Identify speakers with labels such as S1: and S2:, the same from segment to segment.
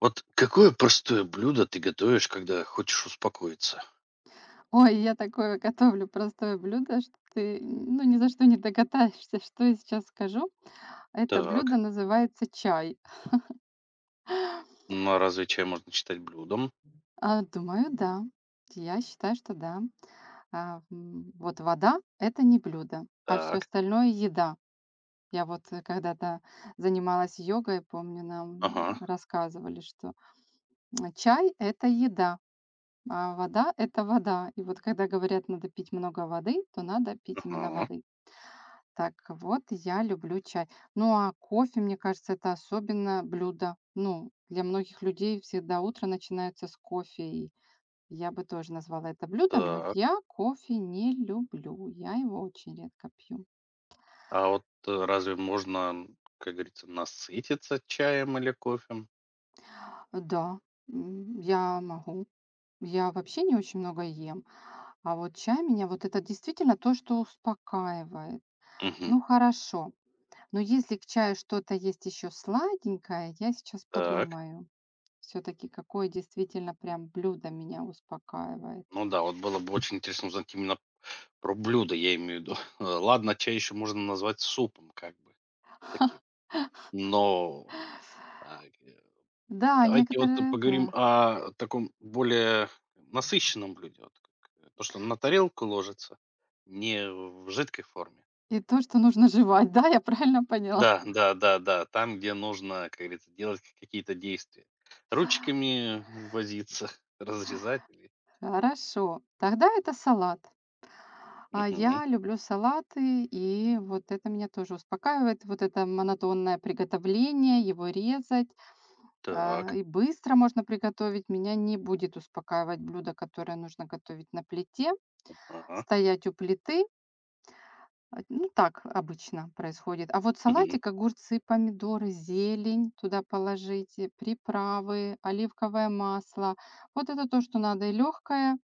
S1: Вот какое простое блюдо ты готовишь, когда хочешь успокоиться?
S2: Ой, я такое готовлю простое блюдо, что ты, ну, ни за что не догадаешься, что я сейчас скажу. Это блюдо
S1: Так.
S2: называется чай.
S1: Ну, а разве чай можно считать блюдом?
S2: А, думаю, да. Я считаю, что да. Вот вода – это не блюдо, а все
S1: Так.
S2: остальное – еда. Я вот когда-то занималась йогой, помню, нам
S1: Ага.
S2: рассказывали, что чай – это еда, а вода – это вода. И вот когда говорят, надо пить много воды, то надо пить именно
S1: Ага.
S2: воды. Так вот, я люблю чай. Ну, а кофе, мне кажется, это особенно блюдо. Ну, для многих людей всегда утро начинается с кофе, и я бы тоже назвала это блюдом, но
S1: Так.
S2: я кофе не люблю. Я его очень редко пью.
S1: А вот разве можно, как говорится, насытиться чаем или кофе?
S2: Да, я могу. Я вообще не очень много ем. А вот чай меня, вот это действительно то, что успокаивает.
S1: Мгм.
S2: Ну, хорошо. Но если к чаю что-то есть еще сладенькое, я сейчас
S1: Так.
S2: подумаю. Все таки какое действительно прям блюдо меня успокаивает.
S1: Ну да, вот было бы очень интересно узнать именно про блюдо, я имею в виду. Ладно, чай еще можно назвать супом, как бы таким. Но а,
S2: Да,
S1: Давайте вот
S2: некоторые,
S1: поговорим
S2: да.
S1: о таком более насыщенном блюде, вот как то, что на тарелку ложится, не в жидкой форме.
S2: И то, что нужно жевать, да, я правильно поняла?
S1: Да, да, да, да, там, где нужно, как говорится, делать какие-то действия. Ручками возиться, разрезать или
S2: Хорошо, тогда это салат. А
S1: Мгм.
S2: я люблю салаты, и вот это меня тоже успокаивает. Вот это монотонное приготовление, его резать,
S1: Так.
S2: и быстро можно приготовить. Меня не будет успокаивать блюдо, которое нужно готовить на плите,
S1: Ага.
S2: стоять у плиты. Ну, так обычно происходит. А вот
S1: Мгм.
S2: салатик, огурцы, помидоры, зелень туда положите, приправы, оливковое масло. Вот это то, что надо, и легкое,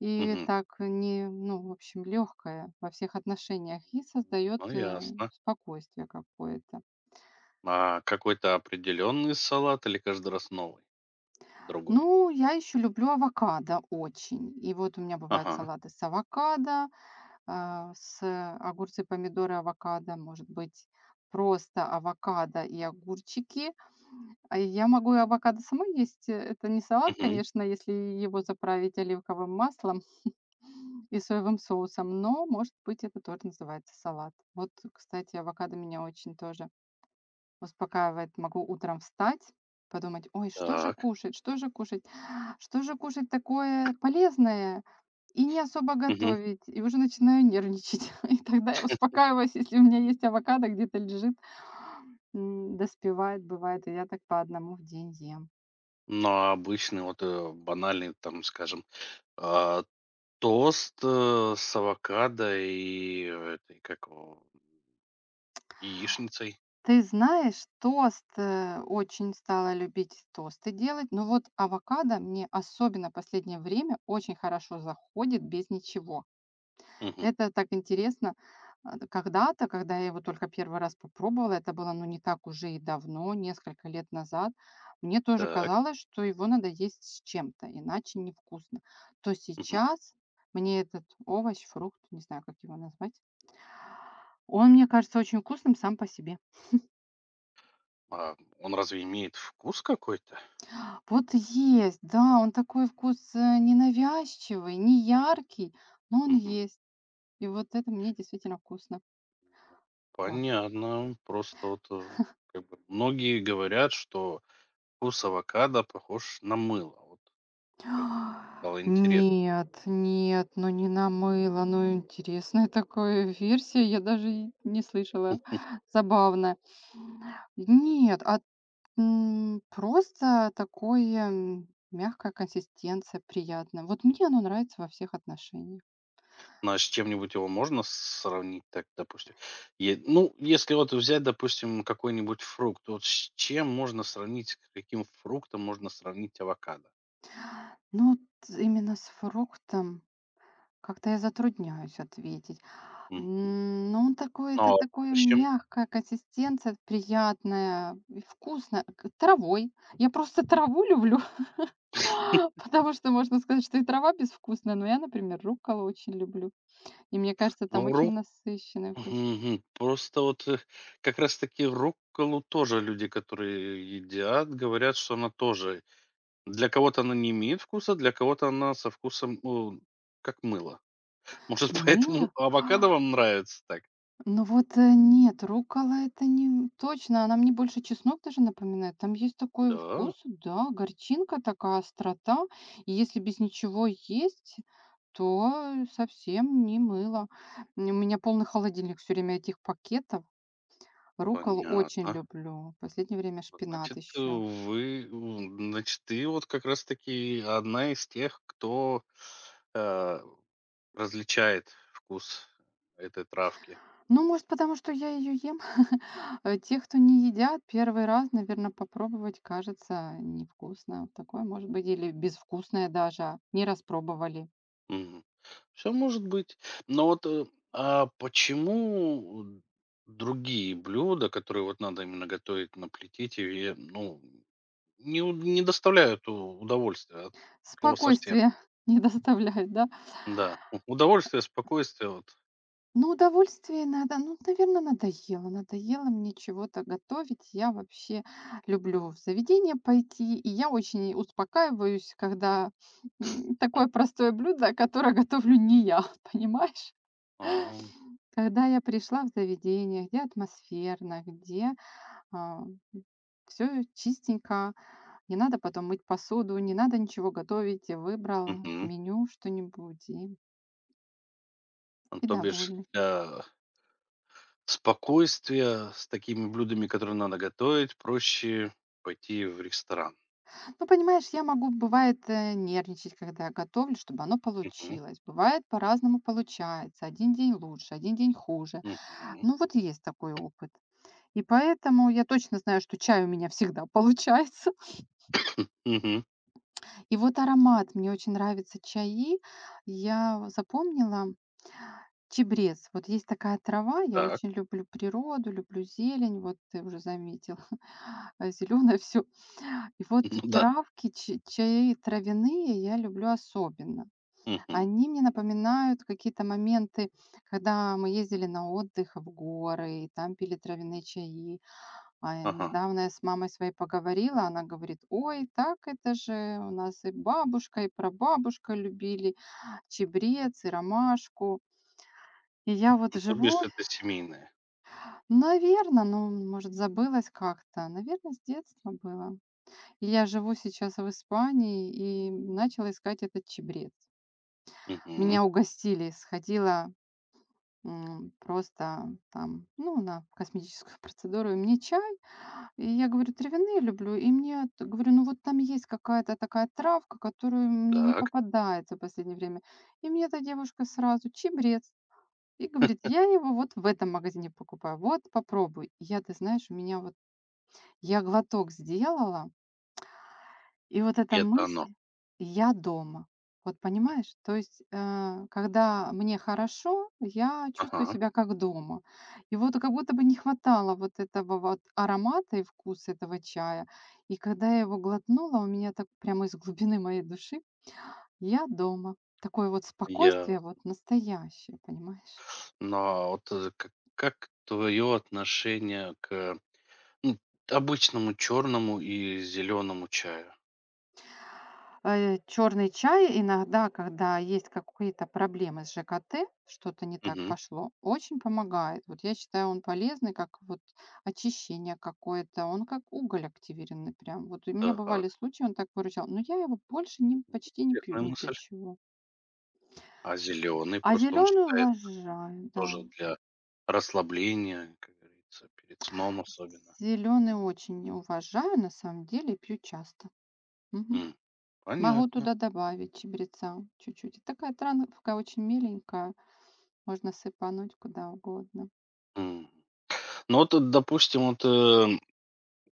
S2: и
S1: Мгм.
S2: так не, ну, в общем, легкое во всех отношениях и создает
S1: Ну, ясно.
S2: спокойствие какое-то.
S1: А какой-то определенный салат или каждый раз новый? Другой.
S2: Ну, я еще люблю авокадо очень. И вот у меня бывают
S1: Ага.
S2: салаты с авокадо, с огурцы, помидоры, авокадо, может быть, просто авокадо и огурчики. А я могу и авокадо самой есть. Это не салат,
S1: Мгм.
S2: конечно, если его заправить оливковым маслом и соевым соусом, но, может быть, это тоже называется салат. Вот, кстати, авокадо меня очень тоже успокаивает. Могу утром встать, подумать, ой,
S1: Так.
S2: что же кушать, что же кушать такое полезное и не особо
S1: Мгм.
S2: готовить. И уже начинаю нервничать. И тогда я успокаиваюсь, если у меня есть авокадо где-то лежит, доспевает, бывает, и я так по одному в день ем.
S1: Но обычный, вот, банальный, там, скажем, а, тост, с авокадо и этой, как его, яичницей.
S2: Ты знаешь, тост, очень стала любить тосты делать, но вот авокадо мне особенно последнее время очень хорошо заходит без ничего.
S1: Мгм.
S2: Это так интересно. Когда-то, когда я его только первый раз попробовала, это было, ну, не так уже и давно, несколько лет назад, мне тоже
S1: Так.
S2: казалось, что его надо есть с чем-то, иначе невкусно. То
S1: Мгм.
S2: сейчас мне этот овощ, фрукт, не знаю, как его назвать, он мне кажется очень вкусным сам по себе.
S1: А он разве имеет вкус какой-то?
S2: Вот есть, да, он такой вкус ненавязчивый, не яркий, но он
S1: Мгм.
S2: есть. И вот это мне действительно вкусно. Вот.
S1: Понятно. Просто вот, как бы многие говорят, что вкус авокадо похож на мыло. Вот поэтому стало интересно.
S2: Нет, нет, ну не намыло, ну интересная такая версия, я даже и не слышала. Забавно. Нет, просто такое мягкая консистенция, приятно. Вот мне оно нравится во всех отношениях.
S1: Ну, а с чем-нибудь его можно сравнить так, допустим? Е ну, если вот взять, допустим, какой-нибудь фрукт, вот с чем можно сравнить, с каким фруктом можно сравнить авокадо?
S2: Ну, вот именно с фруктом. Как-то я затрудняюсь ответить.
S1: Мгм.
S2: Ну, он такой,
S1: Ну,
S2: это
S1: а
S2: такое
S1: овощем?
S2: мягкая консистенция, приятная, и вкусно. Травой. Я просто траву люблю, потому что можно сказать, что и трава безвкусная, но я, например, рукколу очень люблю. И мне кажется, там
S1: Ну,
S2: очень
S1: ру
S2: насыщенный вкус.
S1: мгм. Просто вот, как раз таки рукколу тоже люди, которые едят, говорят, что она тоже для кого-то она не имеет вкуса, для кого-то она со вкусом, ну, как мыло. Может,
S2: Мыло?
S1: поэтому авокадо вам нравится так?
S2: Ну вот, нет, руккола – это не точно, она мне больше чеснок даже напоминает. Там есть такой
S1: Да,
S2: вкус, да, горчинка такая, острота. И если без ничего есть, то совсем не мыло. У меня полный холодильник все время этих пакетов. Рукколу очень
S1: понятно.
S2: люблю. В последнее время
S1: Вот,
S2: шпинат
S1: значит,
S2: еще.
S1: ты вот как раз-таки одна из тех, кто, э, различает вкус этой травки.
S2: Ну, может, потому что я ее ем. Те, кто не едят, первый раз, наверное, попробовать кажется невкусно. Вот такое может быть, или безвкусное даже, а не распробовали.
S1: Все может быть. Но вот, а почему, другие блюда, которые вот надо именно готовить на плите, тебе, ну, не доставляют у удовольствия от слова совсем?
S2: Спокойствие не доставляет, да?
S1: Да, у удовольствие, спокойствие вот.
S2: Ну, удовольствие надо, ну, наверное, надоело. Надоело мне чего-то готовить. Я вообще люблю в заведение пойти, и я очень успокаиваюсь, когда такое простое блюдо, которое готовлю не я, понимаешь?
S1: А,
S2: Когда я пришла в заведение, где атмосферно, где все чистенько, не надо потом мыть посуду, не надо ничего готовить, и выбрал
S1: мгм.
S2: меню что-нибудь
S1: Ну,
S2: и
S1: то бишь,
S2: довольный.
S1: спокойствия с такими блюдами, которые надо готовить, проще пойти в ресторан.
S2: Ну, понимаешь, я могу, бывает, нервничать, когда я готовлю, чтобы оно
S1: Мгм.
S2: получилось. Бывает, по-разному получается. Один день лучше, один день хуже.
S1: Мгм.
S2: Ну, вот есть такой опыт. И поэтому я точно знаю, что чай у меня всегда получается.
S1: Мгм.
S2: И вот аромат, мне очень нравятся чаи. Я запомнила чебрец. Вот есть такая трава, я
S1: Так.
S2: очень люблю природу, люблю зелень, вот ты уже заметил, зеленое все. И вот
S1: Ну да.
S2: травки, чаи травяные я люблю особенно.
S1: Мгм.
S2: Они мне напоминают какие-то моменты, когда мы ездили на отдых в горы, и там пили травяные чаи.
S1: Ага.
S2: Недавно я с мамой своей поговорила, она говорит, ой, так это же у нас и бабушка, и прабабушка любили чебрец и ромашку. И я вот
S1: Ну, то бишь
S2: живу,
S1: это семейное.
S2: наверное, ну, может, забылась как-то. Наверное, с детства было. И я живу сейчас в Испании и начала искать этот чебрец.
S1: Мгм.
S2: Меня угостили, сходила просто там, ну, на косметическую процедуру, и мне чай. И я говорю, травяные люблю. И мне, говорю, ну вот там есть какая-то такая травка, которую мне не
S1: Так.
S2: попадается в последнее время. И мне эта девушка сразу чебрец. И говорит, я его вот в этом магазине покупаю. Вот попробуй. И я, ты знаешь, у меня вот, я глоток сделала, и вот
S1: И
S2: эта
S1: это оно.
S2: мысль: "Я дома". Вот понимаешь? То есть, когда мне хорошо, я чувствую
S1: Ага.
S2: себя как дома. И вот как будто бы не хватало вот этого вот аромата и вкуса этого чая. И когда я его глотнула, у меня так прямо из глубины моей души: "Я дома". Такое вот
S1: Я
S2: спокойствие вот настоящее, понимаешь?
S1: но вот, э, к как твое отношение к, ну, обычному черному и зеленому чаю?
S2: Черный чай иногда, когда есть какие-то проблемы с ЖКТ, что-то не так
S1: Мгм.
S2: пошло, очень помогает. Вот я считаю, он полезный, как вот очищение какое-то, он как уголь активированный прям. Вот у меня
S1: Так.
S2: бывали случаи, он так выручал, но я его больше не, почти не пью
S1: Интересная
S2: ни для
S1: мысль.
S2: чего.
S1: А зеленый
S2: А
S1: просто он
S2: зеленый
S1: считает
S2: уважаю, да.
S1: тоже для расслабления, как говорится, перед сном особенно.
S2: Зеленый очень уважаю, на самом деле, и пью часто. Мгм.
S1: М,
S2: Могу
S1: понятно.
S2: туда добавить чебреца чуть-чуть. Такая травка очень миленькая. Можно сыпануть куда угодно.
S1: М. Ну вот, допустим, вот,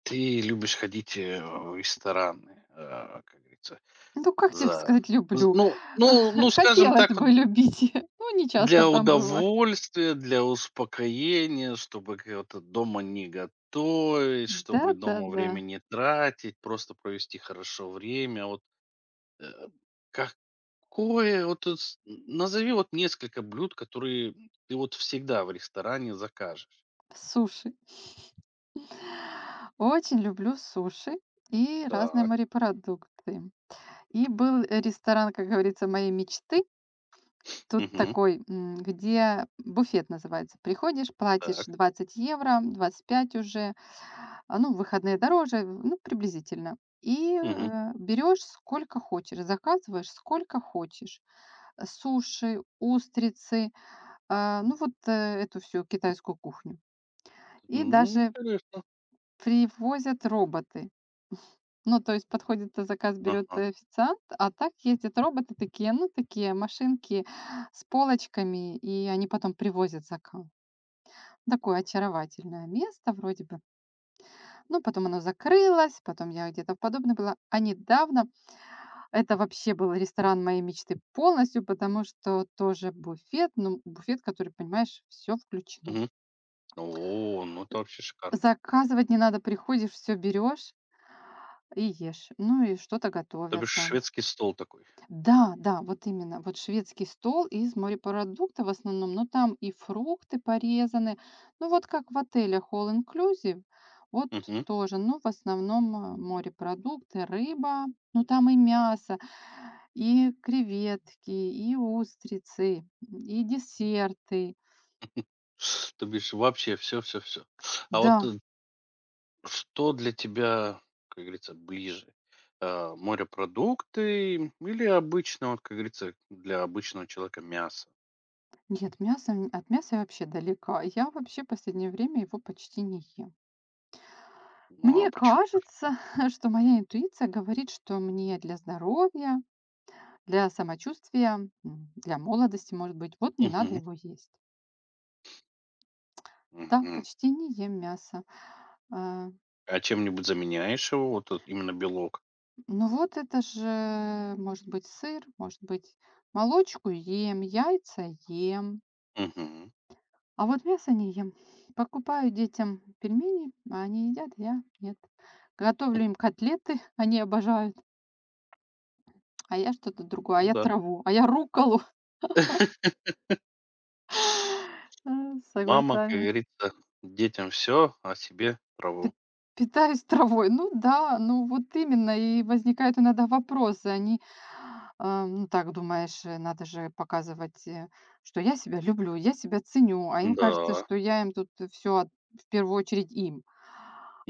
S1: ты любишь ходить, в рестораны, а, как говорится,
S2: Ну, как тебе
S1: за
S2: сказать,
S1: з
S2: люблю.
S1: ну ну ну, скажем
S2: Хотелось
S1: так, вот
S2: бы любить, но не часто
S1: для
S2: там бываю.
S1: удовольствия, для успокоения, чтобы к вот дома не готовить, чтобы дома
S2: Да-да-да,
S1: время не тратить, просто провести хорошо время. Вот Э, какое вот тут с назови вот несколько блюд, которые ты вот всегда в ресторане закажешь.
S2: суши. Очень люблю суши и разные
S1: Так,
S2: морепродукты. И был ресторан, как говорится, моей мечты. Тут
S1: мгм,
S2: такой, где буфет называется. Приходишь, платишь
S1: так,
S2: 20 евро, 25 уже. Ну, в выходные дороже, ну, приблизительно. И,
S1: мгм.
S2: берешь сколько хочешь, заказываешь сколько хочешь. Суши, устрицы, ну, вот, эту всю китайскую кухню. И
S1: М,
S2: даже
S1: интересно.
S2: привозят роботы. Ну, то есть подходит, заказ берет
S1: Ага.
S2: официант, а так ездят роботы такие, ну, такие машинки с полочками, и они потом привозят заказ.
S1: Так.
S2: Такое очаровательное место вроде бы. Ну, потом оно закрылось, потом я где-то в подобное была. А недавно это вообще был ресторан моей мечты полностью, потому что тоже буфет, ну, буфет, который, понимаешь, все включено.
S1: Мгм. О, ну это вообще шикарно.
S2: Заказывать не надо, приходишь, все берешь и ешь. Ну и что-то
S1: То
S2: готовят
S1: бишь
S2: там.
S1: шведский стол такой.
S2: Да, да, вот именно. Вот шведский стол из морепродуктов в основном, но там и фрукты порезаны. Ну вот как в отелях All Inclusive, вот
S1: Мгм.
S2: тоже, ну, в основном морепродукты, рыба, ну там и мясо, и креветки, и устрицы, и десерты.
S1: То бишь вообще все, все, все. А вот,
S2: Да,
S1: что для тебя, как говорится, ближе? Морепродукты или обычно, вот как говорится, для обычного человека мясо?
S2: нет, мясо, от мяса я вообще далека. Я вообще последнее время его почти не ем.
S1: Ну, а
S2: Мне
S1: почему?
S2: кажется, что моя интуиция говорит, что мне для здоровья, для самочувствия, для молодости, может быть, вот не надо
S1: Мгм,
S2: его есть. Да,
S1: мгм.
S2: почти не ем мясо. А,
S1: А чем-нибудь заменяешь его, вот этот именно белок?
S2: ну вот это же, может быть, сыр, может быть, молочку ем, яйца ем.
S1: Мгм.
S2: А вот мясо не ем. Покупаю детям пельмени, а они едят, я нет. Готовлю им котлеты, они обожают. А я что-то другое,
S1: Ну
S2: а я
S1: да.
S2: траву, а я руколу с
S1: Мама, как
S2: огурцами.
S1: говорится, детям все, а себе
S2: П
S1: траву.
S2: Питаюсь травой. Ну да, ну вот именно. И возникают иногда вопросы. Они, ну, так думаешь, надо же показывать, что я себя люблю, я себя ценю, а им кажется,
S1: Да.
S2: что я им тут все в первую очередь им.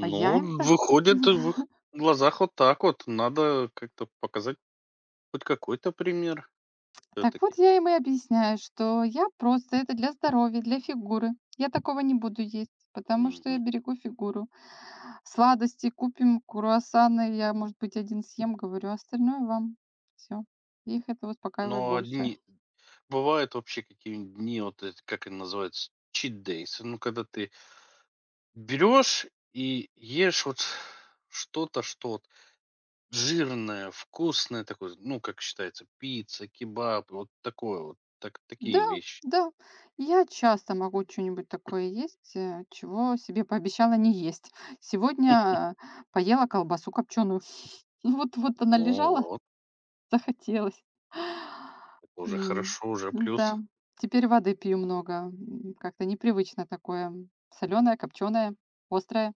S2: А я им так.
S1: выходит, в их глазах вот так вот. Надо как-то показать хоть какой-то пример все
S2: Так вот
S1: таки.
S2: я им и объясняю, что я просто это для здоровья, для фигуры. Я такого не буду есть, потому что я берегу фигуру. Сладости купим, круассаны, я, может быть, один съем, говорю, а остальное вам. Все. Их это успокаивает
S1: Но
S2: больше.
S1: одни Бывают вообще какие-нибудь дни, вот эти, как они называются, cheat days, ну, когда ты берешь и ешь вот что-то, что-то. Жирное, вкусное такое, ну, как считается, пицца, кебаб, вот такое вот, так
S2: Да,
S1: такие вещи.
S2: да, я часто могу что нибудь такое есть, чего себе пообещала не есть. Сегодня,
S1: Хм,
S2: поела колбасу копченую. Вот
S1: ну
S2: она лежала,
S1: вот,
S2: захотелось.
S1: это уже
S2: М,
S1: хорошо, уже
S2: ну да,
S1: плюс.
S2: теперь воды пью много. Как-то непривычно такое соленое, копченое, острое,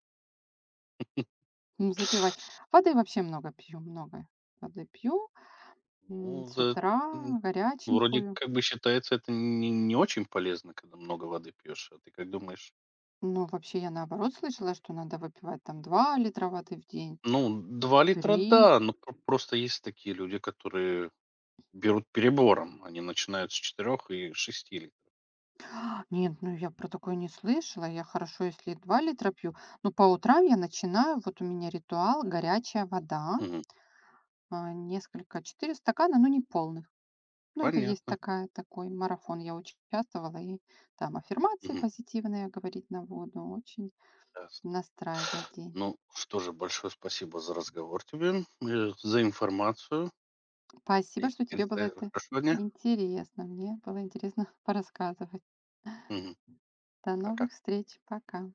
S2: запивать. Воды вообще много пью, много воды пью,
S1: Ну,
S2: с
S1: за
S2: утра
S1: м, вроде
S2: горяченькую.
S1: как бы считается, это не очень полезно, когда много воды пьешь. А ты как думаешь?
S2: Но вообще я, наоборот, слышала, что надо выпивать там 2 литра воды в день,
S1: Ну, 2 литра,
S2: 3.
S1: да, но просто есть такие люди, которые берут перебором. Они начинают с 4 и 6 литров.
S2: Нет, ну я про такое не слышала. Я хорошо, если 2 литра пью, но по утрам я начинаю, вот у меня ритуал – горячая вода,
S1: Мгм.
S2: несколько 4 стакана, но не полных. Ну, это есть
S1: Понятно.
S2: такая, такой марафон. Я участвовала, и там аффирмации
S1: Мгм.
S2: позитивные говорить на воду очень
S1: Ясно.
S2: настраивает день.
S1: Ну, что же, большое спасибо за разговор тебе, за информацию. И,
S2: Спасибо, что
S1: как
S2: тебе было
S1: говорится,
S2: это
S1: хорошего дня.
S2: интересно. Мне было интересно порассказывать.
S1: Мгм.
S2: До
S1: Пока.
S2: новых встреч. Пока.